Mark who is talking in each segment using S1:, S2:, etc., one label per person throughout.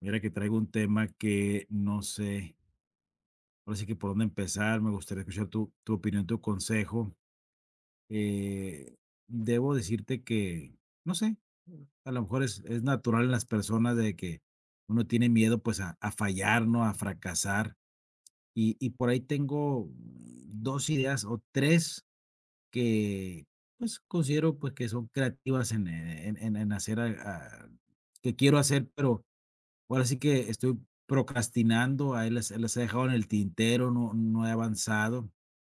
S1: Mira que traigo un tema que no sé, ahora sí que por dónde empezar, me gustaría escuchar tu opinión, tu consejo. Eh, Debo decirte que, no sé, a lo mejor es natural en las personas de que uno tiene miedo pues a fallar, ¿no? A fracasar. Y por ahí tengo dos ideas o tres que pues considero pues que son creativas en hacer, que quiero hacer, pero ahora sí que estoy procrastinando, ahí las he dejado en el tintero, no he avanzado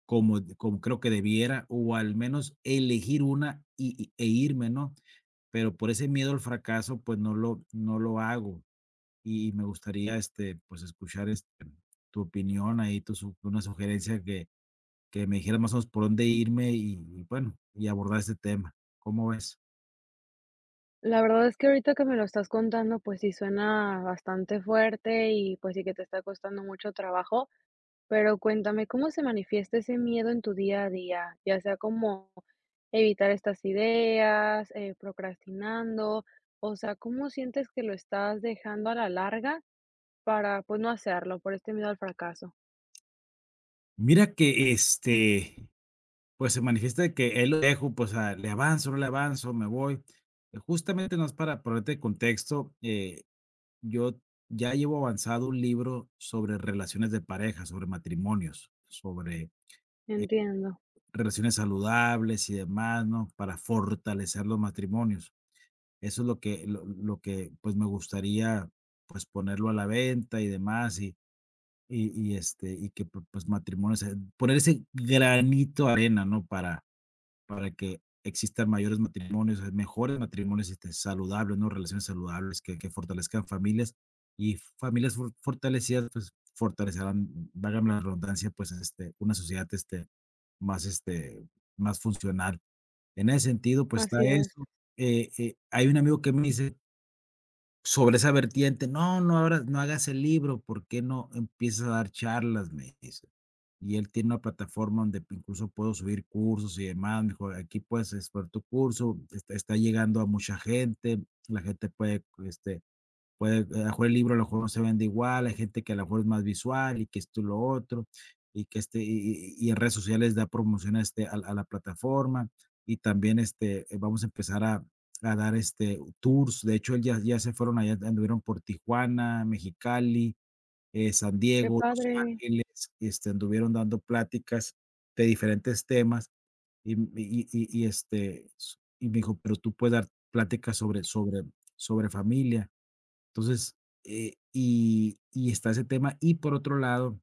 S1: como creo que debiera, o al menos elegir una e irme, ¿no? Pero por ese miedo al fracaso, pues, no lo hago, y me gustaría, este, pues, escuchar, este, tu opinión ahí, tu su una sugerencia que me dijeras más o menos por dónde irme y bueno, y abordar este tema, ¿cómo ves?
S2: La verdad es que ahorita que me lo estás contando, pues sí suena bastante fuerte y pues sí que te está costando mucho trabajo, pero cuéntame, ¿cómo se manifiesta ese miedo en tu día a día? Ya sea como evitar estas ideas, procrastinando, o sea, ¿cómo sientes que lo estás dejando a la larga para pues no hacerlo por este miedo al fracaso?
S1: Mira que, este, pues, se manifiesta de que él lo dejo, pues, ah, le avanzo, no le avanzo, me voy. Justamente, no es para ponerte en contexto, yo ya llevo avanzado un libro sobre relaciones de pareja, sobre matrimonios, sobre
S2: Entiendo,
S1: relaciones saludables y demás, ¿no? Para fortalecer los matrimonios. Eso es lo que, pues, me gustaría, pues, ponerlo a la venta y demás, y, este, y que, pu pues, matrimonios, poner ese granito de arena, ¿no? Para que existan mayores matrimonios, mejores matrimonios, este, saludables, ¿no? Relaciones saludables que fortalezcan familias y familias fortalecidas, pues, fortalecerán, válgame la redundancia, pues, este, una sociedad, este, más funcional. En ese sentido, pues, está
S2: así es.
S1: eso. Hay un amigo que me dice sobre esa vertiente, no, no abras no hagas el libro, ¿por qué no empiezas a dar charlas?, me dice. Y él tiene una plataforma donde incluso puedo subir cursos y demás, mejor: "Aquí puedes exponer tu curso, está llegando a mucha gente, la gente puede, este, puede, a lo mejor el libro a lo mejor no se vende igual, hay gente que a lo mejor es más visual y que esto y lo otro, y que este, y en redes sociales da promoción a, este, a la plataforma, y también este, vamos a empezar a dar este, tours, de hecho él ya, ya se fueron allá, anduvieron por Tijuana, Mexicali, San
S2: Qué
S1: Diego, Los
S2: padre,
S1: Ángeles, este, anduvieron dando pláticas de diferentes temas, y, y, este, y me dijo, pero tú puedes dar pláticas sobre, sobre, sobre familia entonces, y está ese tema. Y por otro lado,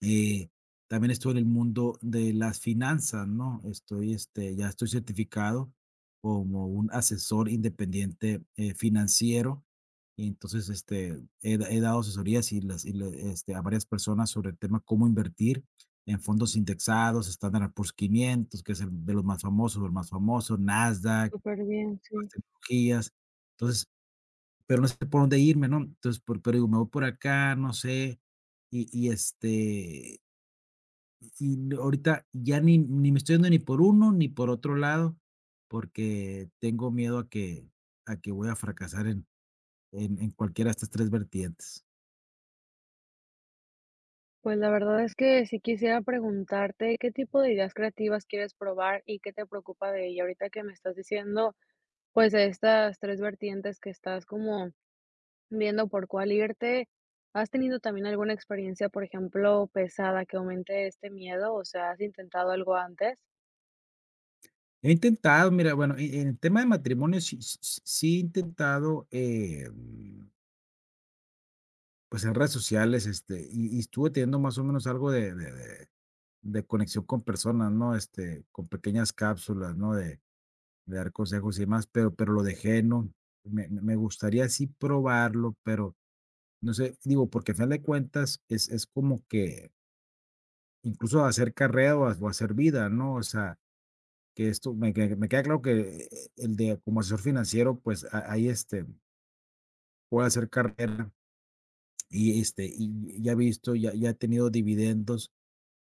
S1: eh, también estoy en el mundo de las finanzas, ¿no? Estoy, este, ya estoy certificado como un asesor independiente, financiero. Y entonces, este, he dado asesorías y las y le este, a varias personas sobre el tema cómo invertir en fondos indexados, Standard Poor's 500, que es el de los más famosos, el más famoso, Nasdaq,
S2: súper bien,
S1: más
S2: sí.
S1: tecnologías. Entonces, pero no sé por dónde irme, ¿no? Entonces, por, pero digo, me voy por acá, no sé. Y este, y no, ahorita ya ni, ni me estoy yendo ni por uno ni por otro lado, porque tengo miedo a que voy a fracasar en cualquiera de estas tres vertientes.
S2: Pues la verdad es que sí quisiera preguntarte qué tipo de ideas creativas quieres probar y qué te preocupa de ella. Ahorita que me estás diciendo, pues de estas 3 vertientes que estás como viendo por cuál irte, ¿has tenido también alguna experiencia, por ejemplo, pesada que aumente este miedo? O sea, ¿has intentado algo antes?
S1: He intentado, mira, bueno, en el tema de matrimonio sí, sí, sí he intentado, pues en redes sociales, este, y estuve teniendo más o menos algo de conexión con personas, ¿no? Este, con pequeñas cápsulas, ¿no? De dar consejos y demás, pero lo dejé, ¿no? Me gustaría sí probarlo, pero no sé, digo, porque a final de cuentas es como que incluso hacer carrera o hacer vida, ¿no? O sea, que esto me queda claro que el de como asesor financiero, pues, a ahí, este, puedo hacer carrera y, este, y ya he visto, ya he tenido dividendos,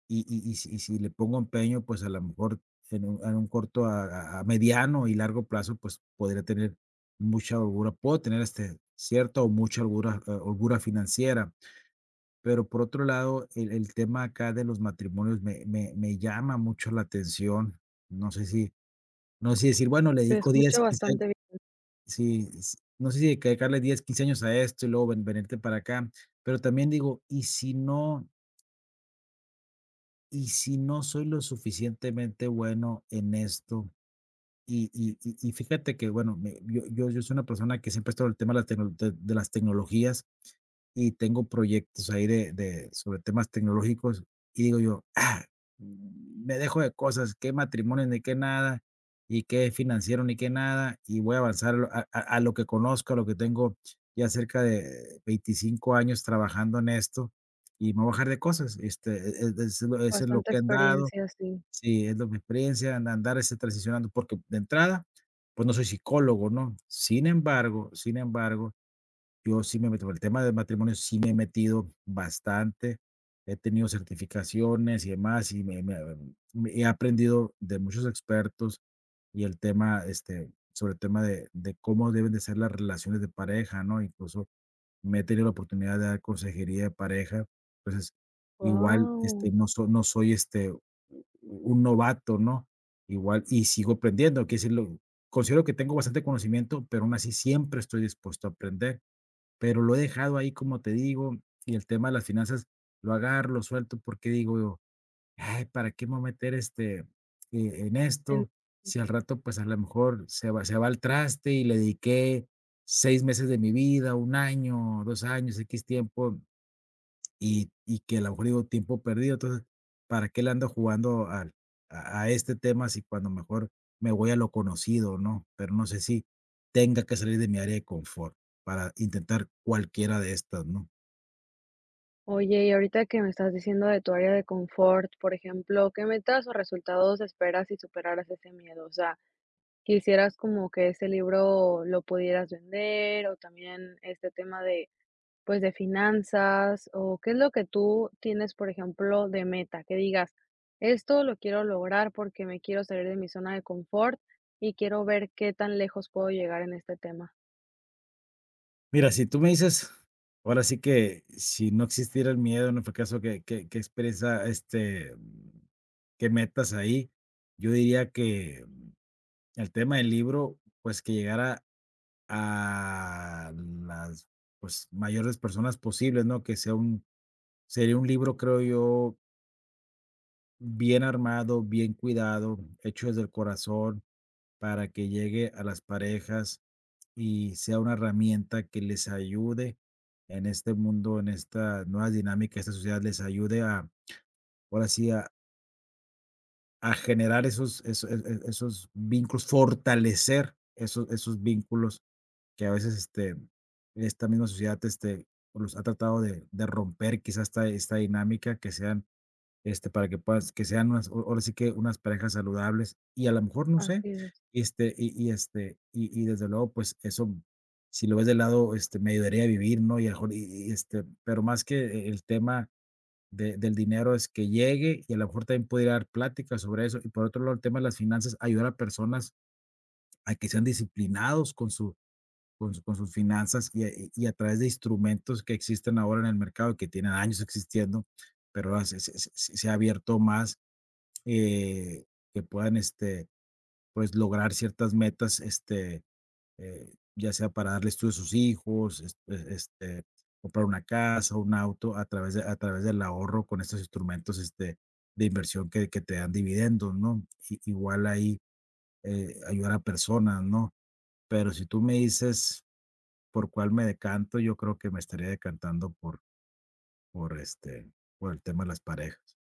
S1: y si le pongo empeño, pues, a lo mejor en un corto a mediano y largo plazo, pues, podría tener mucha holgura. Puedo tener, este, cierta o mucha holgura, holgura financiera, pero por otro lado, el tema acá de los matrimonios me llama mucho la atención. No sé si no sé si decir: "Bueno, le
S2: Se
S1: dedico 10
S2: escucha
S1: 15
S2: bastante
S1: años".
S2: bien,
S1: Sí, s no sé si dedicarle 10 15 años a esto y luego venirte para acá, pero también digo: "¿Y si no y si no soy lo suficientemente bueno en esto, y fíjate que, bueno, me yo soy una persona que siempre ha estado el tema de las tecno de las tecnologías y tengo proyectos ahí de sobre temas tecnológicos, y digo yo: Ah, me dejo de cosas, qué matrimonio, ni qué nada, y qué financiero, ni qué nada, y voy a avanzar a lo que conozco, a lo que tengo ya cerca de 25 años trabajando en esto, y me voy a bajar de cosas". Este, es lo eso es lo
S2: bastante
S1: que han dado.
S2: experiencia, sí.
S1: Sí, es lo mi experiencia, an andar, ese transicionando, porque de entrada, pues, no soy psicólogo, ¿no? Sin embargo, yo sí me meto por el tema del matrimonio, sí me he metido bastante, he tenido certificaciones y demás, y me he aprendido de muchos expertos, y el tema, este, sobre el tema de cómo deben de ser las relaciones de pareja, ¿no? Incluso, me he tenido la oportunidad de dar consejería de pareja, entonces, igual, este,
S2: Wow.
S1: no soy, este, u un novato, ¿no? Igual y sigo aprendiendo, que decir, lo considero que tengo bastante conocimiento, pero aún así siempre estoy dispuesto a aprender, pero lo he dejado ahí, como te digo, y el tema de las finanzas lo agarro, lo suelto, porque digo: "Ay, ¿para qué me voy a meter, este, en esto? Si al rato, pues, a lo mejor se va al traste y le dediqué 6 meses de mi vida, un año, 2 años, x tiempo, y que a lo mejor digo tiempo perdido. Entonces, ¿para qué le ando jugando al a este tema si cuando mejor me voy a lo conocido, no? Pero no sé si tenga que salir de mi área de confort para intentar cualquiera de estas, ¿no?"
S2: Oye, y ahorita que me estás diciendo de tu área de confort, por ejemplo, ¿qué metas o resultados esperas si superaras ese miedo? O sea, quisieras como que ese libro lo pudieras vender, o también este tema de, pues, de finanzas, o qué es lo que tú tienes, por ejemplo, de meta, que digas: "Esto lo quiero lograr porque me quiero salir de mi zona de confort y quiero ver qué tan lejos puedo llegar en este tema".
S1: Mira, si tú me dices, ahora sí que si no existiera el miedo, no fue caso que expresa, este, qué metas ahí, yo diría que el tema del libro, pues, que llegara a las, pues, mayores personas posibles, ¿no? Que sea un Sería un libro, creo yo, bien armado, bien cuidado, hecho desde el corazón, para que llegue a las parejas y sea una herramienta que les ayude en este mundo, en estas nuevas dinámicas, esta sociedad les ayude a, ahora sí, a generar esos, esos, esos vínculos, fortalecer esos, esos vínculos que a veces este, esta misma sociedad este, los ha tratado de romper, quizás esta, esta dinámica, que sean este, para que puedas que sean unas o ahora sí que unas parejas saludables y a lo mejor, no sé,
S2: Así es.
S1: este, este, desde luego, pues, eso, si lo ves del lado, este, me ayudaría a vivir, ¿no? Y a lo mejor, este, pero más que el tema de del dinero es que llegue y a lo mejor también pudiera dar pláticas sobre eso. Y por otro lado, el tema de las finanzas, ayudar a personas a que sean disciplinados con su con sus finanzas y a través de instrumentos que existen ahora en el mercado, que tienen años existiendo, pero ahora se ha abierto más eh, que puedan, este, pues, lograr ciertas metas, este, ya sea para darle estudio a sus hijos, este, comprar una casa, un auto, a través de, a través del ahorro con estos instrumentos, este, de inversión que te dan dividendos, ¿no? Igual ahí ayudar a personas, ¿no? Pero si tú me dices por cuál me decanto, yo creo que me estaría decantando por este, por el tema de las parejas.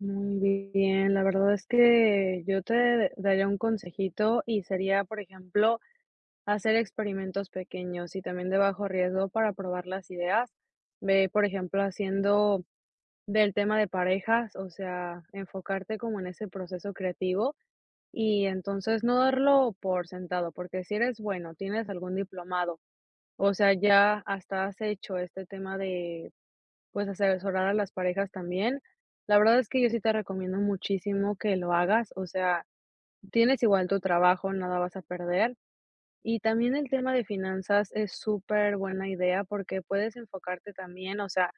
S2: Muy bien, la verdad es que yo te daría un consejito y sería, por ejemplo, hacer experimentos pequeños y también de bajo riesgo para probar las ideas. Ve, por ejemplo, haciendo del tema de parejas, o sea, enfocarte como en ese proceso creativo y entonces no darlo por sentado, porque si eres bueno, tienes algún diplomado, o sea, ya hasta has hecho este tema de, pues, asesorar a las parejas también. La verdad es que yo sí te recomiendo muchísimo que lo hagas, o sea, tienes igual tu trabajo, nada vas a perder. Y también el tema de finanzas es súper buena idea porque puedes enfocarte también, o sea,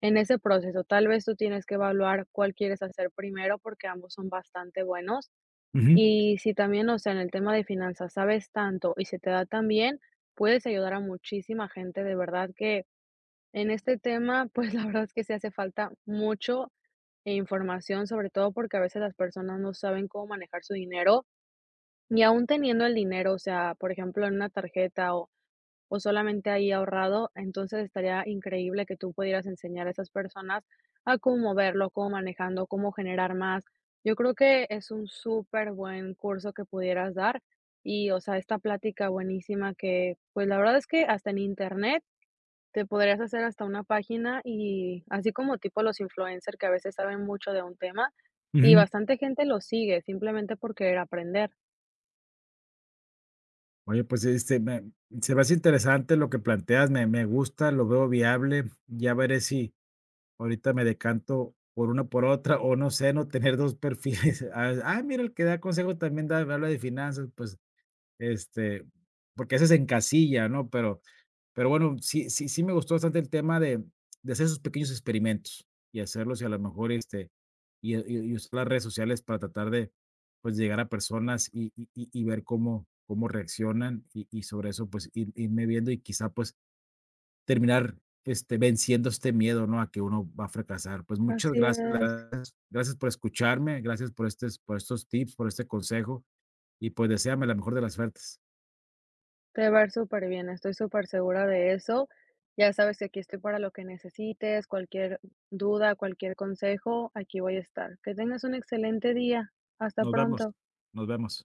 S2: en ese proceso. Tal vez tú tienes que evaluar cuál quieres hacer primero porque ambos son bastante buenos.
S1: Ujú,
S2: Y si también, o sea, en el tema de finanzas sabes tanto y se te da tan bien, puedes ayudar a muchísima gente. De verdad que en este tema, pues, la verdad es que se hace falta mucho e información, sobre todo porque a veces las personas no saben cómo manejar su dinero. Ni aún teniendo el dinero, o sea, por ejemplo, en una tarjeta o solamente ahí ahorrado. Entonces, estaría increíble que tú pudieras enseñar a esas personas a cómo moverlo, cómo manejando, cómo generar más. Yo creo que es un súper buen curso que pudieras dar y, o sea, esta plática buenísima que, pues, la verdad es que hasta en Internet te podrías hacer hasta una página y así como tipo los influencers que a veces saben mucho de un tema y
S1: ujú.
S2: bastante gente lo sigue simplemente por querer aprender.
S1: Oye, pues, este, me se me hace interesante lo que planteas, me gusta, lo veo viable, ya veré si ahorita me decanto por una por otra, o no sé, no tener 2 perfiles. Ah, ah, mira, el que da consejo también da habla de finanzas, pues, este, porque a veces se encasilla, ¿no? Pero bueno, sí me gustó bastante el tema de hacer esos pequeños experimentos y hacerlos, y a lo mejor, este, y usar las redes sociales para tratar de, pues, llegar a personas y ver cómo reaccionan, y sobre eso, pues, ir irme viendo y quizá, pues, terminar, este, venciendo este miedo, ¿no?, a que uno va a fracasar. Pues, muchas
S2: Así
S1: gracias, la
S2: es.
S1: verdad gracias por escucharme, gracias por estes por estos tips, por este consejo y, pues, deséame la mejor de las suertes.
S2: Te va a ir súper bien, estoy súper segura de eso. Ya sabes que aquí estoy para lo que necesites, cualquier duda, cualquier consejo, aquí voy a estar. Que tengas un excelente día. Hasta
S1: Nos vemos,
S2: pronto.
S1: nos vemos.